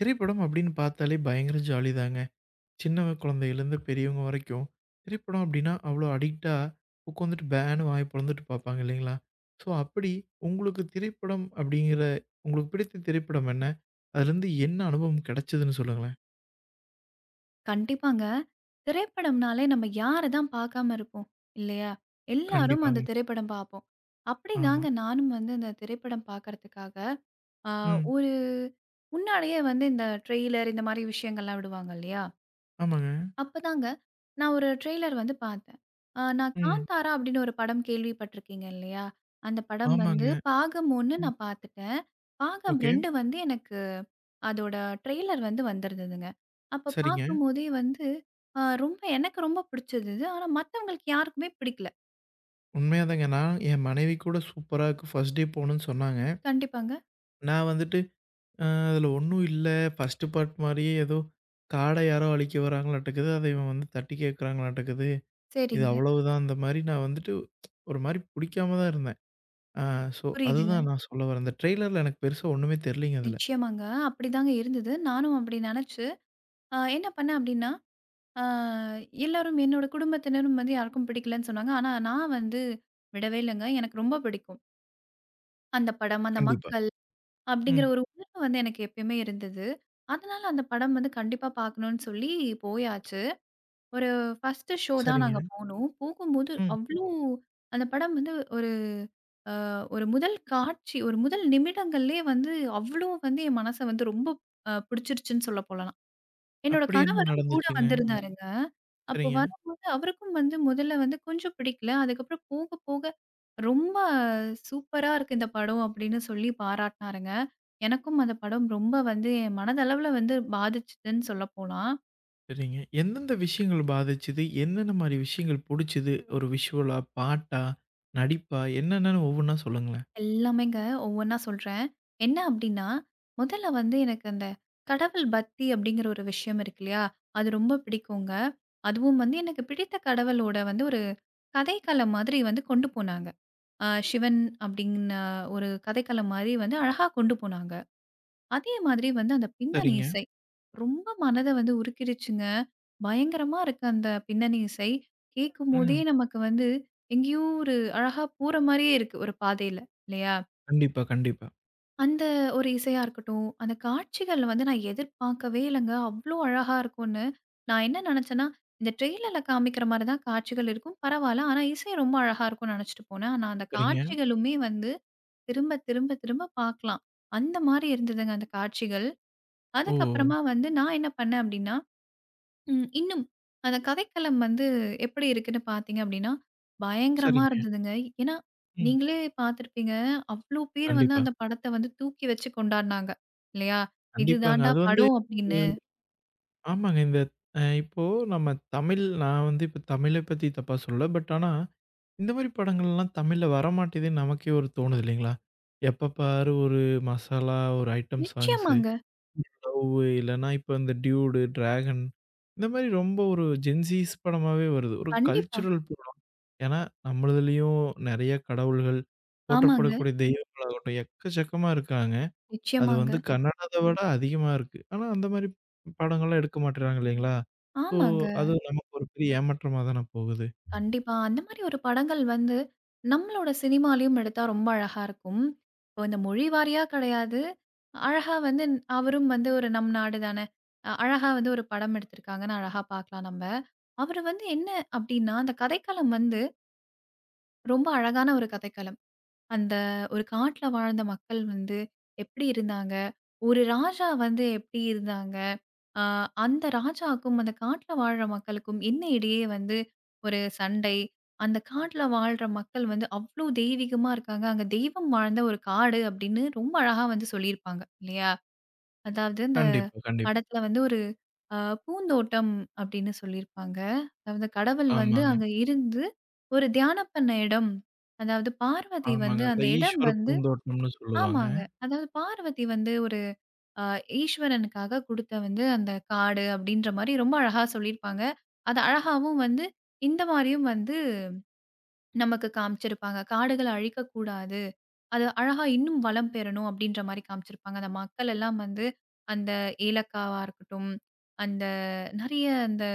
திரைப்படம் அப்படின்னு பார்த்தாலே பயங்கர ஜாலிதாங்க. சின்ன குழந்தையிலேருந்து பெரியவங்க வரைக்கும், திரைப்படம் அப்படின்னா அவ்வளோ அடிக்ட்டா உட்காந்துட்டு பேன்னு வாய பொளந்துட்டு பார்ப்பாங்க இல்லைங்களா? ஸோ அப்படி உங்களுக்கு திரைப்படம் அப்படிங்கிற உங்களுக்கு பிடித்த திரைப்படம் என்ன? அதுலேருந்து என்ன அனுபவம் கிடைச்சதுன்னு சொல்லுங்களேன்? கண்டிப்பாங்க. திரைப்படம்னாலே நம்ம யார தான் பார்க்காம இருப்போம், இல்லையா? எல்லாரும் அந்த கண்டிப்பாங்க. திரைப்படம் பார்ப்போம். ஆமா. அப்படிதாங்க நானும் வந்து அந்த திரைப்படம் பார்க்கறதுக்காக, அ ம். ஒரு முன்னாடியே வந்து இந்த ட்ரெய்லர் இந்த மாரி விஷயங்கள்லாம் விடுவாங்க இல்லையா? ஆமாங்க. அப்பதாங்க நான் ஒரு ட்ரெய்லர் வந்து பார்த்தேன். நான் ம். "காந்தாரா" அப்படின்னு ஒரு படம் கேள்விப்பட்டிருக்கீங்க இல்லையா? அந்த படம் ஆமாங்க. வந்து பாகம் 1 ம். நான் பார்த்துட்டேன். பாகம் ஓகே. 2 வந்து எனக்கு அதோட ட்ரெய்லர் வந்து வந்திருந்ததுங்க. அப்ப சரிங்க. பார்க்கும்போதே வந்து ரொம்ப எனக்கு ரொம்ப பிடிச்சது இது. ஆனா மத்தவங்களுக்கு யாருக்குமே பிடிக்கல. உண்மையா தாங்க. நான் என் மனைவி கூட சூப்பரா இருக்கு. ஃபர்ஸ்ட் டே போணும்னு சொன்னாங்க. கண்டிப்பாங்க. நான் வந்துட்டு அ அதுல ஒண்ணும் இல்ல. ஃபர்ஸ்ட் பார்ட் மாரியே ஏதோ காட யாரோ அழிக்க வராங்களாட்டுக்குது. அத இவன் வந்து தட்டி கேட்கறாங்களாட்டுக்குது. இது சரிங்க. அவ்வளவுதான். அந்த மாரி நான் வந்துட்டு ஒரு மாரி புடிக்காம தான் இருந்தேன். ஆ ஸோ புரியுதுங்க. அதுதான் நான் சொல்ல வரேன். அந்த ட்ரெய்லர்ல எனக்கு பெருசா ஒண்ணுமே தெரியலீங்க அதுல. நிச்சயமாங்க. அப்படிதாங்க இருந்தது. நானும் அப்படி நெனச்சு, என்ன பண்ணேன் அப்படின்னா ஆ எல்லாரும் என்னோட குடும்பத்தினரும் வந்து யாருக்கும் பிடிக்கலன்னு சொன்னாங்க. ஆனா, நான் வந்து விடவே இல்லங்க. எனக்கு ரொம்ப பிடிக்கும். அந்த படம், அந்த கண்டிப்பா. மக்கள் அப்படிங்கிற ம். ஒரு உணர்வு வந்து எனக்கு எப்பயுமே இருந்தது. அதனால அந்த படம் வந்து கண்டிப்பா பார்க்கணும்னு சொல்லி போயாச்சு. ஒரு ஃபர்ஸ்ட்டு ஷோ தான் சரிங்க. நாங்க போனோம். போகும்போது ம். அவ்ளோ அந்த படம் வந்து ஒரு ஒரு முதல் காட்சி, ஒரு முதல் நிமிடங்கள்லயே வந்து அவ்ளோ வந்து என் மனச வந்து ரொம்ப பிடிச்சிருச்சுன்னு சொல்ல போலாம். என்னோட அப்படி என்ன கணவரும் கூட நடந்துச்சுங்க? வந்திருந்தாருங்க. அப்போ சரிங்க, வரும்போது அவருக்கும் வந்து முதல்ல வந்து கொஞ்சம் பிடிக்கல. அதுக்கப்புறம் போக போக "ரொம்ப சூப்பரா இருக்கு இந்த படம்" அப்படின்னு சொல்லி பாராட்டினாருங்க. எனக்கும் அந்த படம் ரொம்ப வந்து என் மனதளவுல வந்து பாதிச்சுதுன்னு சொல்லப்போலாம். சரிங்க. எந்தெந்த விஷயங்கள் பாதிச்சுது? என்னென்ன மாரி விஷயங்கள் புடிச்சது? ஒரு விஷுவலா? பாட்டா? நடிப்பா? என்னென்னன்னு ஒவ்வொன்னா சொல்லுங்களேன். எல்லாமேங்க ஒவ்வொன்னா சொல்றேன். என்ன அப்படின்னா, முதல்ல வந்து எனக்கு அந்த கடவுள் பக்தி அப்படிங்கிற ஒரு விஷயம் இருக்கு இல்லையா? அது ரொம்ப பிடிக்குங்க. அதுவும் வந்து எனக்கு பிடித்த கடவுளோட வந்து ஒரு கதைக்களம் மாதிரி வந்து கொண்டு போனாங்க. சிவன் அப்டின்ன ஒரு கதைக்களம் மாரி வந்து அழகா கொண்டு போனாங்க. அதே மாதிரி வந்து அந்த பின்னணி சரிங்க. இசை, ரொம்ப மனத வந்து உருக்கிருச்சுங்க. பயங்கரமா இருக்கு அந்த பின்னணி இசை. கேட்கும்போதே ம். நமக்கு வந்து எங்கேயோ ஒரு அழகா போற மாரியே இருக்கு ஒரு பாதையில, இல்லையா? கண்டிப்பா, கண்டிப்பா. அந்த ஒரு இசையா இருக்கட்டும், அந்த காட்சிகள் வந்து நான் எதிர்பார்க்கவே இல்லங்க. அவ்ளோ அழகா இருக்கும்னு. நான் என்ன நெனச்சேன்னா, இந்த ட்ரெய்லர்ல காமிக்கிற மாரி தான் காட்சிகள் இருக்கும். பரவால்ல. ஆனா இசை ரொம்ப அழகா இருக்கும்னு நெனச்சுட்டு போனேன். ஆனா அந்த சரிங்க. காட்சிகளுமே வந்து திரும்ப, திரும்ப, திரும்ப பார்க்கலாம். அந்த மாரி இருந்ததுங்க அந்த காட்சிகள். ஓ! அதுக்கப்புறமா வந்து நான் என்ன பண்ணேன் அப்டின்னா, இன்னும் அந்த கதைக்களம் வந்து எப்படி இருக்குன்னு பார்த்தீங்க அப்டின்னா, பயங்கரமா சரிங்க. இருந்ததுங்க. ஏன்னா, ம். நீங்களே பார்த்துருப்பீங்க. அவ்ளோ பேர் வந்து கண்டிப்பா, அந்த படத்த வந்து தூக்கி வச்சு கொண்டாடுனாங்க. இல்லையா? "இது கண்டிப்பாங்க. தான்டா அது வந்து படம்" அப்டின்னு. ஆமாங்க. இந்த இப்போ நம்ம தமிழ். நான் வந்து இப்ப தமிழ பத்தி தப்பா சொல்லல. ஆனா, இந்த மாரி படங்கள்லாம் தமிழ்ல வரமாட்டேதுன்னு நமக்கே ஒரு தோணுது இல்லைங்களா? எப்ப பாரு ஒரு மசாலா, ஒரு ஐட்டம் சாங்ஸு, நிச்சயமாங்க. லவ்வு இல்லன்னா இப்ப இந்த டியூடு, டிராகன் இந்த மாரி ரொம்ப ஒரு ஜென்ஸீஸ் படமாவே வருது. ஒரு கண்டிப்பா. கல்ச்சுரல் படம். ஏன்னா, நம்மளுதுலயும் நெறைய கடவுள்கள், ஆமாங்க. போற்றப்படக்கூடிய தெய்வங்களாகட்டும் எக்கச்சக்கமா இருக்காங்க. அது நிச்சயமாங்க. வந்து கன்னடத விட அதிகமா இருக்கு. ஆனா அந்த மாரி படங்கள்லாம் எடுக்க மாட்றாங்க இல்லைங்களா? ஸோ ஆமாங்க. அது நமக்கு ஒரு பெரிய ஏமாற்றமா தான போகுது. கண்டிப்பா. அந்த மாரி ஒரு படங்கள் வந்து, நம்மளோட சினிமாலயும் எடுத்தா ரொம்ப அழகா இருக்கும். இப்போ இந்த மொழி வாரியா கிடையாது. அழகா வந்து அவரும் வந்து ஒரு நம் நாடு தானே. அழகா வந்து ஒரு படம் எடுத்திருக்காங்கன்னு அழகா பார்க்கலாம் நம்ப. அவரு வந்து என்ன அப்டின்னா, அந்த கதைக்களம் வந்து ரொம்ப அழகான ஒரு கதைக்களம். அந்த ஒரு காட்டுல வாழ்ந்த மக்கள் வந்து எப்படி இருந்தாங்க? ஒரு ராஜா வந்து எப்படி இருந்தாங்க? அ அந்த ராஜாக்கும், அந்த காட்டுல வாழ்ற மக்களுக்கும் என்ன இடையே வந்து ஒரு சண்டை. அந்த காட்டுல வாழ்ற மக்கள் வந்து அவ்ளோ தெய்வீகமா இருக்காங்க. அங்க தெய்வம் வாழ்ந்த ஒரு காடு அப்படின்னு ரொம்ப அழகா வந்து சொல்லியிருப்பாங்க. இல்லையா? அதாவது அந்த கண்டிப்பா, கண்டிப்பா. படத்துல வந்து ஒரு அ பூந்தோட்டம் அப்படின்னு சொல்லியிருப்பாங்க. அதாவது கடவுள் வந்து ஆமாங்க, அங்க இருந்து ஒரு தியானம் பண்ண இடம். அதாவது பார்வதி ஆமாங்க. வந்து அந்த அந்த இடம் ஈஸ்வர வந்து பூந்தோட்டம்னு சொல்லுவாங்க. ஆமாங்க. அதாவது பார்வதி வந்து ஒரு அ ஈஸ்வரனுக்காக குடுத்த வந்து அந்த காடு அப்படின்ற மாரி ரொம்ப அழகா சொல்லியிருப்பாங்க. அது அழகாவும் வந்து இந்த மாரியும் வந்து நமக்கு காமிச்சிருப்பாங்க. காடுகள அழிக்கக்கூடாது. அது அழகா இன்னும் வளம் பெறணும் அப்படின்ற மாரி காமிச்சிருப்பாங்க. அந்த மக்கள் எல்லாம் வந்து அந்த ஏலக்காவா இருக்கட்டும், அந்த நெறைய அந்த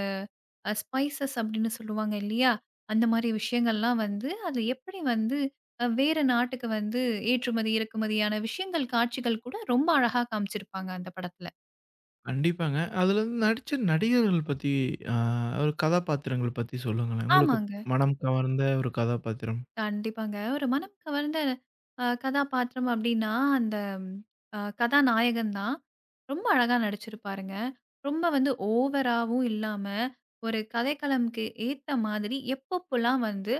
ஸ்பைசஸ் அப்படின்னு சொல்லுவாங்க இல்லையா? அந்த மாரி விஷயங்கள்லாம் வந்து அது எப்படி வந்து வேற நாட்டுக்கு வந்து ஏற்றுமதி, இறக்குமதியான விஷயங்கள், காட்சிகள் கூட ரொம்ப அழகா காமிச்சிருப்பாங்க அந்த படத்துல. கண்டிப்பாங்க. அதுல வந்து நடிச்ச நடிகர்கள் பத்தி அ ஒரு கதாபாத்திரங்கள் பத்தி சொல்லுங்களேன். உங்களுக்கு ஆமாங்க. மனம் கவர்ந்த ஒரு கதாபாத்திரம். கண்டிப்பாங்க. ஒரு மனம் கவர்ந்த கதாபாத்திரம் அப்டின்னா, அந்த கதாநாயகன் தான். ரொம்ப அழகா நடிச்சிருப்பாருங்க. ரொம்ப வந்து ஓவராவும் இல்லாம, ஒரு கதைக்களம்க்கு ஏத்த மாதிரி எப்பப்போலாம் வந்து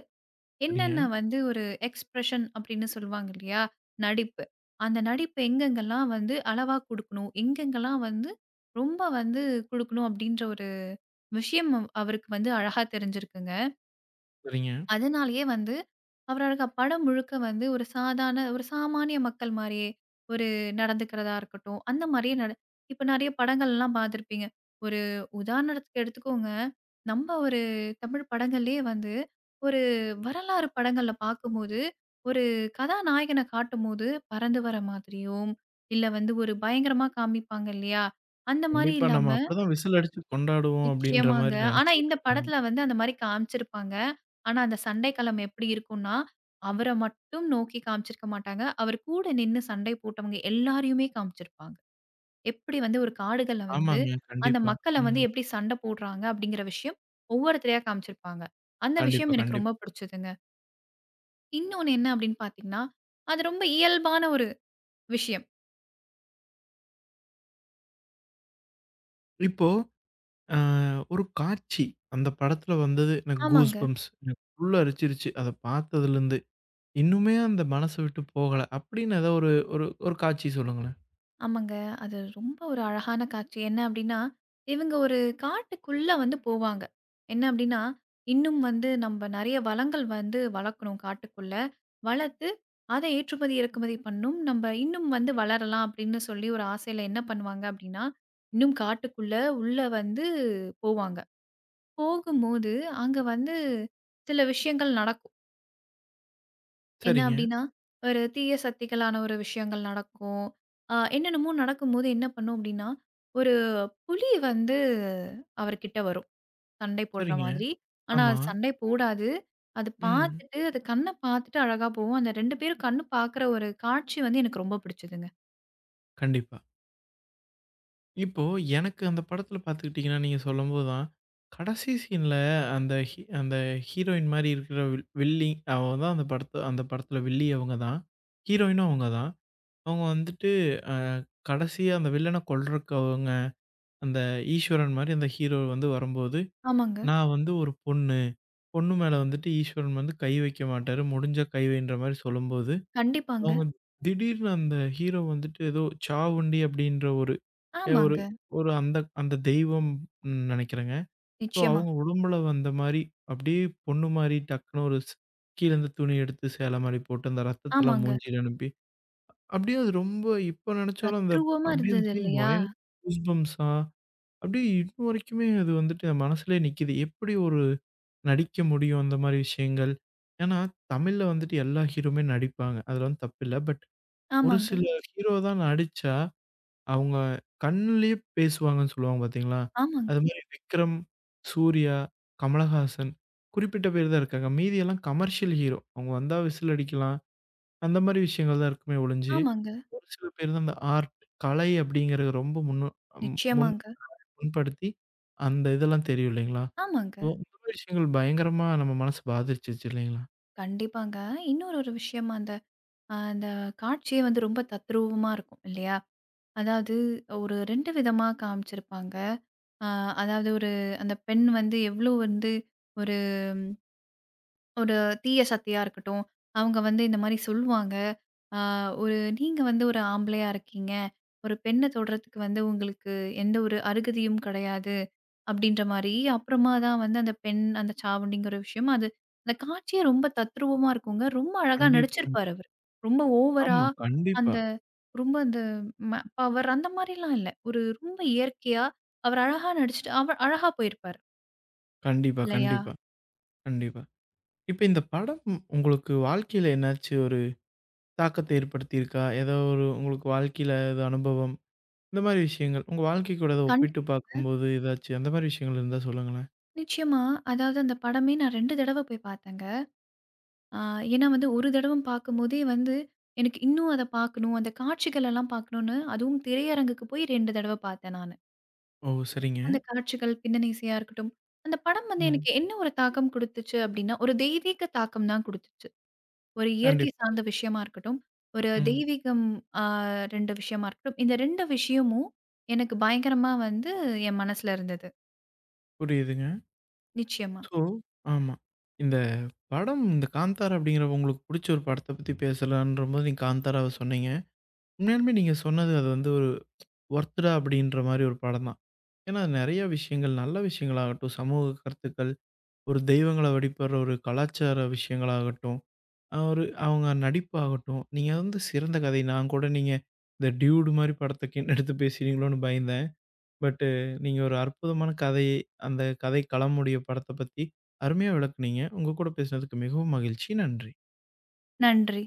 சரிங்க, என்னென்ன வந்து ஒரு எக்ஸ்பிரஷன் அப்டின்னு சொல்லுவாங்க இல்லையா? நடிப்பு. அந்த நடிப்பு எங்கெங்கலாம் வந்து அளவா குடுக்கணும், எங்கெங்கலாம் வந்து ரொம்ப வந்து குடுக்கணும் அப்டின்ற ஒரு விஷயம் அவருக்கு வந்து அழகா தெரிஞ்சிருக்குங்க. சரிங்க. அதனாலேயே வந்து, அவரோட படம் முழுக்க வந்து ஒரு சாதாரண ஒரு சாமானிய மக்கள் மாரியே, ஒரு நடந்துக்கிறதா இருக்கட்டும், அந்த மாரியே இப்ப நெறைய படங்கள்லாம் பார்த்துருப்பீங்க. ஒரு உதாரணத்துக்கு எடுத்துக்கோங்க, நம்ம ஒரு தமிழ் படங்கள்லயே வந்து, ஒரு வரலாறு படங்கள்ல பார்க்கும்போது, ஒரு கதாநாயகன காட்டும்போது பறந்து வர மாதிரியும், இல்ல வந்து ஒரு பயங்கரமா காமிப்பாங்க இல்லையா? அந்த மாரி கண்டிப்பா. இல்லாம, நம்ம அப்படிதான் விசில் அடிச்சு கொண்டாடுவோம் அப்படின்ற நிச்சயமாங்க. மாரி ஆனா நெனச்சுக்கிட்டு இந்த இருக்காங்க. படத்துல வந்து அந்த மாரி காமிச்சிருப்பாங்க. ஆனா அந்த சண்டை களம் எப்படி இருக்கும்னா, அவர மட்டும் நோக்கி காமிச்சிருக்க மாட்டாங்க. அவர் கூட நின்னு சண்டை போட்டவங்க எல்லாரையுமே காமிச்சிருப்பாங்க. எப்படி வந்து ஒரு காடுகள்ல வந்து ஆமாங்க. அந்த கண்டிப்பா. மக்கள வந்து ம். எப்படி சண்டை போடுறாங்க அப்படிங்கிற விஷயம் ஒவ்வொருத்தரையா காமிச்சிருப்பாங்க. அந்த விஷயம் கண்டிப்பா, எனக்கு ரொம்ப கண்டிப்பா. பிடிச்சதுங்க. இன்னொன்னு என்ன அப்படின்னு பார்த்தீங்கன்னா, அது ரொம்ப இயல்பான ஒரு விஷயம். இப்போ ஆ ஒரு காட்சி. அந்த படத்துல வந்தது எனக்கு கூஸ் ஆமாங்க. பம்ப்ஸ். எனக்கு உள்ள அரிச்சிருச்சு. அத பார்த்ததுலருந்து. இன்னுமே அந்த மனச விட்டு போகல. அப்படின்னு ஏதோ ஒரு ஒரு ஒரு காட்சி சொல்லுங்களேன். ஆமாங்க. அது ரொம்ப ஒரு அழகான காட்சி. என்ன அப்டின்னா, இவங்க ஒரு காட்டுக்குள்ள வந்து போவாங்க. என்ன அப்டின்னா, இன்னும் வந்து நம்ம நெறைய வளங்கள் வந்து வளர்க்கணும் காட்டுக்குள்ள. வளர்த்து அத ஏற்றுமதி, இறக்குமதி பண்ணணும். நம்ப இன்னும் வந்து வளரலாம் அப்டின்னு சொல்லி ஒரு ஆசையில என்ன பண்ணுவாங்க அப்டின்னா, இன்னும் காட்டுக்குள்ள உள்ள வந்து போவாங்க. போகும்போது அங்க வந்து சில விஷயங்கள் நடக்கும். என்ன சரிங்க, அப்டின்னா, ஒரு தீய சக்திகளான ஒரு விஷயங்கள் நடக்கும். என்னென்னமோ நடக்கும்போது என்ன பண்ணும் அப்டின்னா, ஒரு புலி வந்து அவர்கிட்ட வரும். சண்டை போடுற சரிங்க. மாதிரி. ஆனா ஆமா. அது சண்டை போடாது. அது ம். பார்த்துட்டு அது கண்ண பார்த்துட்டு அழகா போகும். அந்த 2 பேரும் கண்ணு பார்க்குற ஒரு காட்சி வந்து எனக்கு ரொம்ப பிடிச்சதுங்க. கண்டிப்பா. இப்போ எனக்கு அந்த படத்துல பார்த்துக்கிட்டீங்கன்னா, நீங்க சொல்லும்போது தான், கடைசி சீன்ல அந்த அந்த ஹீரோயின் மாரி இருக்கிற வில்லி அவ தான். அந்த படத்த அந்த படத்துல வில்லி அவங்க தான். ஹீரோயினும் அவங்க தான். அவங்க வந்துட்டு அ கடைசியா அந்த வில்லன கொல்றக்கு அவங்க அந்த ஈஸ்வரன் மாரி அந்த ஹீரோ வந்து வரும்போது, ஆமாங்க. நான் வந்து ஒரு பொண்ணு. பொண்ணு மேல வந்துட்டு ஈஸ்வரன் வந்து கை வைக்க மாட்டாரு. முடிஞ்சா கை வைன்ற மாரி சொல்லும்போது, கண்டிப்பாங்க. அவங்க திடீர்னு அந்த ஹீரோ வந்துட்டு ஏதோ சாவுண்டி அப்டின்ற ஒரு ஒரு ஆமாங்க. ஒரு அந்த அந்த தெய்வம் நெனைக்கிறேங்க. ஸோ நிச்சயமா. அவங்க உடம்புல வந்த மாரி அப்படியே பொண்ணு மாரி டக்குனு ஒரு ஸ் கீழேருந்து துணி எடுத்து சேலை மாரி போட்டு அந்த ரத்தத்தலாம் ஆமாங்க. மூஞ்சில அனுப்பி, அப்படியே அது ரொம்ப இப்ப நெனச்சாலும் அந்த தத்ரூவமா அப்படியே அந்த இருந்தது சீன் இல்லையா? பயங்கர கூஸ் பம்ப்ஸா அப்படியே இன்ன வரைக்குமே அது வந்துட்டு என் மனசுலயே நிக்குது. எப்படி ஒரு நடிக்க முடியும் அந்த மாரி விஷயங்கள்? ஏன்னா, தமிழ்ல வந்துட்டு எல்லா ஹீரோவுமே நடிப்பாங்க. அதுல வந்து தப்பில்ல. பட் ஒரு ஆமாங்க. சில ஹீரோ தான் நடிச்சா, அவங்க கண்ணுலயே பேசுவாங்கன்னு சொல்லுவாங்க பார்த்தீங்களா? ஆமாங்க. அது மாரி விக்ரம், சூர்யா, கமலஹாசன் குறிப்பிட்ட பேர் தான் இருக்காங்க. மீதி எல்லாம் கமர்ஷியல் ஹீரோ. அவங்க வந்தா விசில் அடிக்கலாம். அந்த மாரி விஷயங்கள் தான் இருக்குமே ஒழிஞ்சு, ஆமாங்க. ஒரு சில பேர் தான் அந்த ஆர்ட், கலை அப்படிங்கிறது ரொம்ப முன் நிச்சயமாங்க. புண்படுத்தி, அந்த இதெல்லாம் தெரியும் இல்லைங்களா? ஆமாங்க. ஓ! இந்த மாரி விஷயங்கள் பயங்கரமா நம்ம மனசு பாதிச்சிச்சு இல்லைங்களா? கண்டிப்பாங்க. இன்னொரு விஷயம் அந்த அந்த காட்சியே வந்து ரொம்ப தத்ரூவமா இருக்கும் இல்லையா? அதாவது ஒரு 2 விதமா காமிச்சிருப்பாங்க. அ அதாவது ஒரு அந்த பெண் வந்து எவ்ளோ வந்து ஒரு ஒரு தீய சக்தியா இருக்கட்டும், அவங்க வந்து இந்த மாரி சொல்லுவாங்க. ஆ ஒரு நீங்க வந்து ஒரு ஆம்பளையா இருக்கீங்க. ஒரு பெண்ண தொடுறதுக்கு வந்து உங்களுக்கு எந்த ஒரு அருகதையும் கிடையாது. அப்படின்ற மாரி, அப்புறமா தான் வந்து அந்த பெண், அந்த சாவடிங்கிற விஷயம் அது அந்த காட்சியே ரொம்ப தத்ரூபமா இருக்குங்க. ரொம்ப அழகா கண்டிப்பாங்க. நடிச்சிருப்பாரு அவரு. ரொம்ப ஓவரா ஆமா. கண்டிப்பா. அந்த ரொம்ப அந்த ம பவர் அந்த மாரிலாம் இல்ல. ஒரு ரொம்ப இயற்கையா அவர் அழகா நடிச்சுட்டு அவர் அழகா போயிருப்பாரு. கண்டிப்பா, இல்லையா? கண்டிப்பா, கண்டிப்பா. இப்ப இந்த படம் உங்களுக்கு வாழ்க்கையில என்னாச்சு ஒரு தாக்கத்த ஏற்படுத்தியிருக்கா? ஏதோ ஒரு உங்களுக்கு வாழ்க்கையில ஏதோ அனுபவம், இந்த மாரி விஷயங்கள். உங்க வாழ்க்கை கூட அத கண் ஒப்பிட்டு பார்க்கும்போது ஏதாச்சு அந்த மாரி விஷயங்கள் இருந்தா சொல்லுங்களேன். நிச்சயமா. அதாவது அந்த படமே நான் 2 தடவ போய் பார்த்தேங்க. ஆ ஏன்னா வந்து ஒரு தடவ பார்க்கும்போதே வந்து எனக்கு இன்னும் அத பார்க்கணும், அந்த காட்சிகள் எல்லாம் பார்க்கணும்னு அதுவும் திரையரங்குக்கு போய் 2 தடவ பார்த்தேன் நானு. ஓ! சரிங்க. அந்த காட்சிகள், பின்னணி இசையா இருக்கட்டும். அந்த படம் வந்து ம். எனக்கு என்ன ஒரு தாக்கம் குடுத்துச்சு அப்டின்னா, ஒரு தெய்வீக தாக்கம் தான் குடுத்துச்சு. ஒரு இயற்கை கண்டிப்பா. சார்ந்த விஷயமா இருக்கட்டும், ஒரு ம். தெய்வீகம் ஆ 2 விஷயமா இருக்கட்டும். இந்த 2 விஷயமும் எனக்கு பயங்கரமா வந்து என் மனசுல இருந்தது. புரியுதுங்க. நிச்சயமா. ஸோ ஆமா. இந்த படம், இந்த காந்தாரா அப்படிங்கிற உங்களுக்கு புடிச்ச ஒரு படத்த பத்தி பேசலான்றபோது, நீங்க காந்தாராவ சொன்னீங்க. உண்மையாலுமே நீங்க சொன்னது அது வந்து ஒரு ஒர்த்துடா அப்படின்ற மாரி ஒரு படம் தான். ஏன்னா, நெறைய விஷயங்கள், நல்ல விஷயங்களாகட்டும், சமூக கருத்துக்கள், ஒரு தெய்வங்கள வழிபடுற ஒரு கலாச்சார விஷயங்களாகட்டும், ஒரு அவங்க நடிப்பாகட்டும், நீங்க வந்து சிறந்த கதை. நான் கூட நீங்க இந்த டியூடு மாரி படத்த எடுத்து பேசுவீங்களோன்னு பயந்தேன். பட்டு நீங்க ஒரு அற்புதமான கதை, அந்த கதை களமுடைய படத்த பத்தி அருமையா விளக்குனீங்க. உங்க கூட பேசினதுக்கு மிகவும் மகிழ்ச்சி. நன்றி. நன்றி.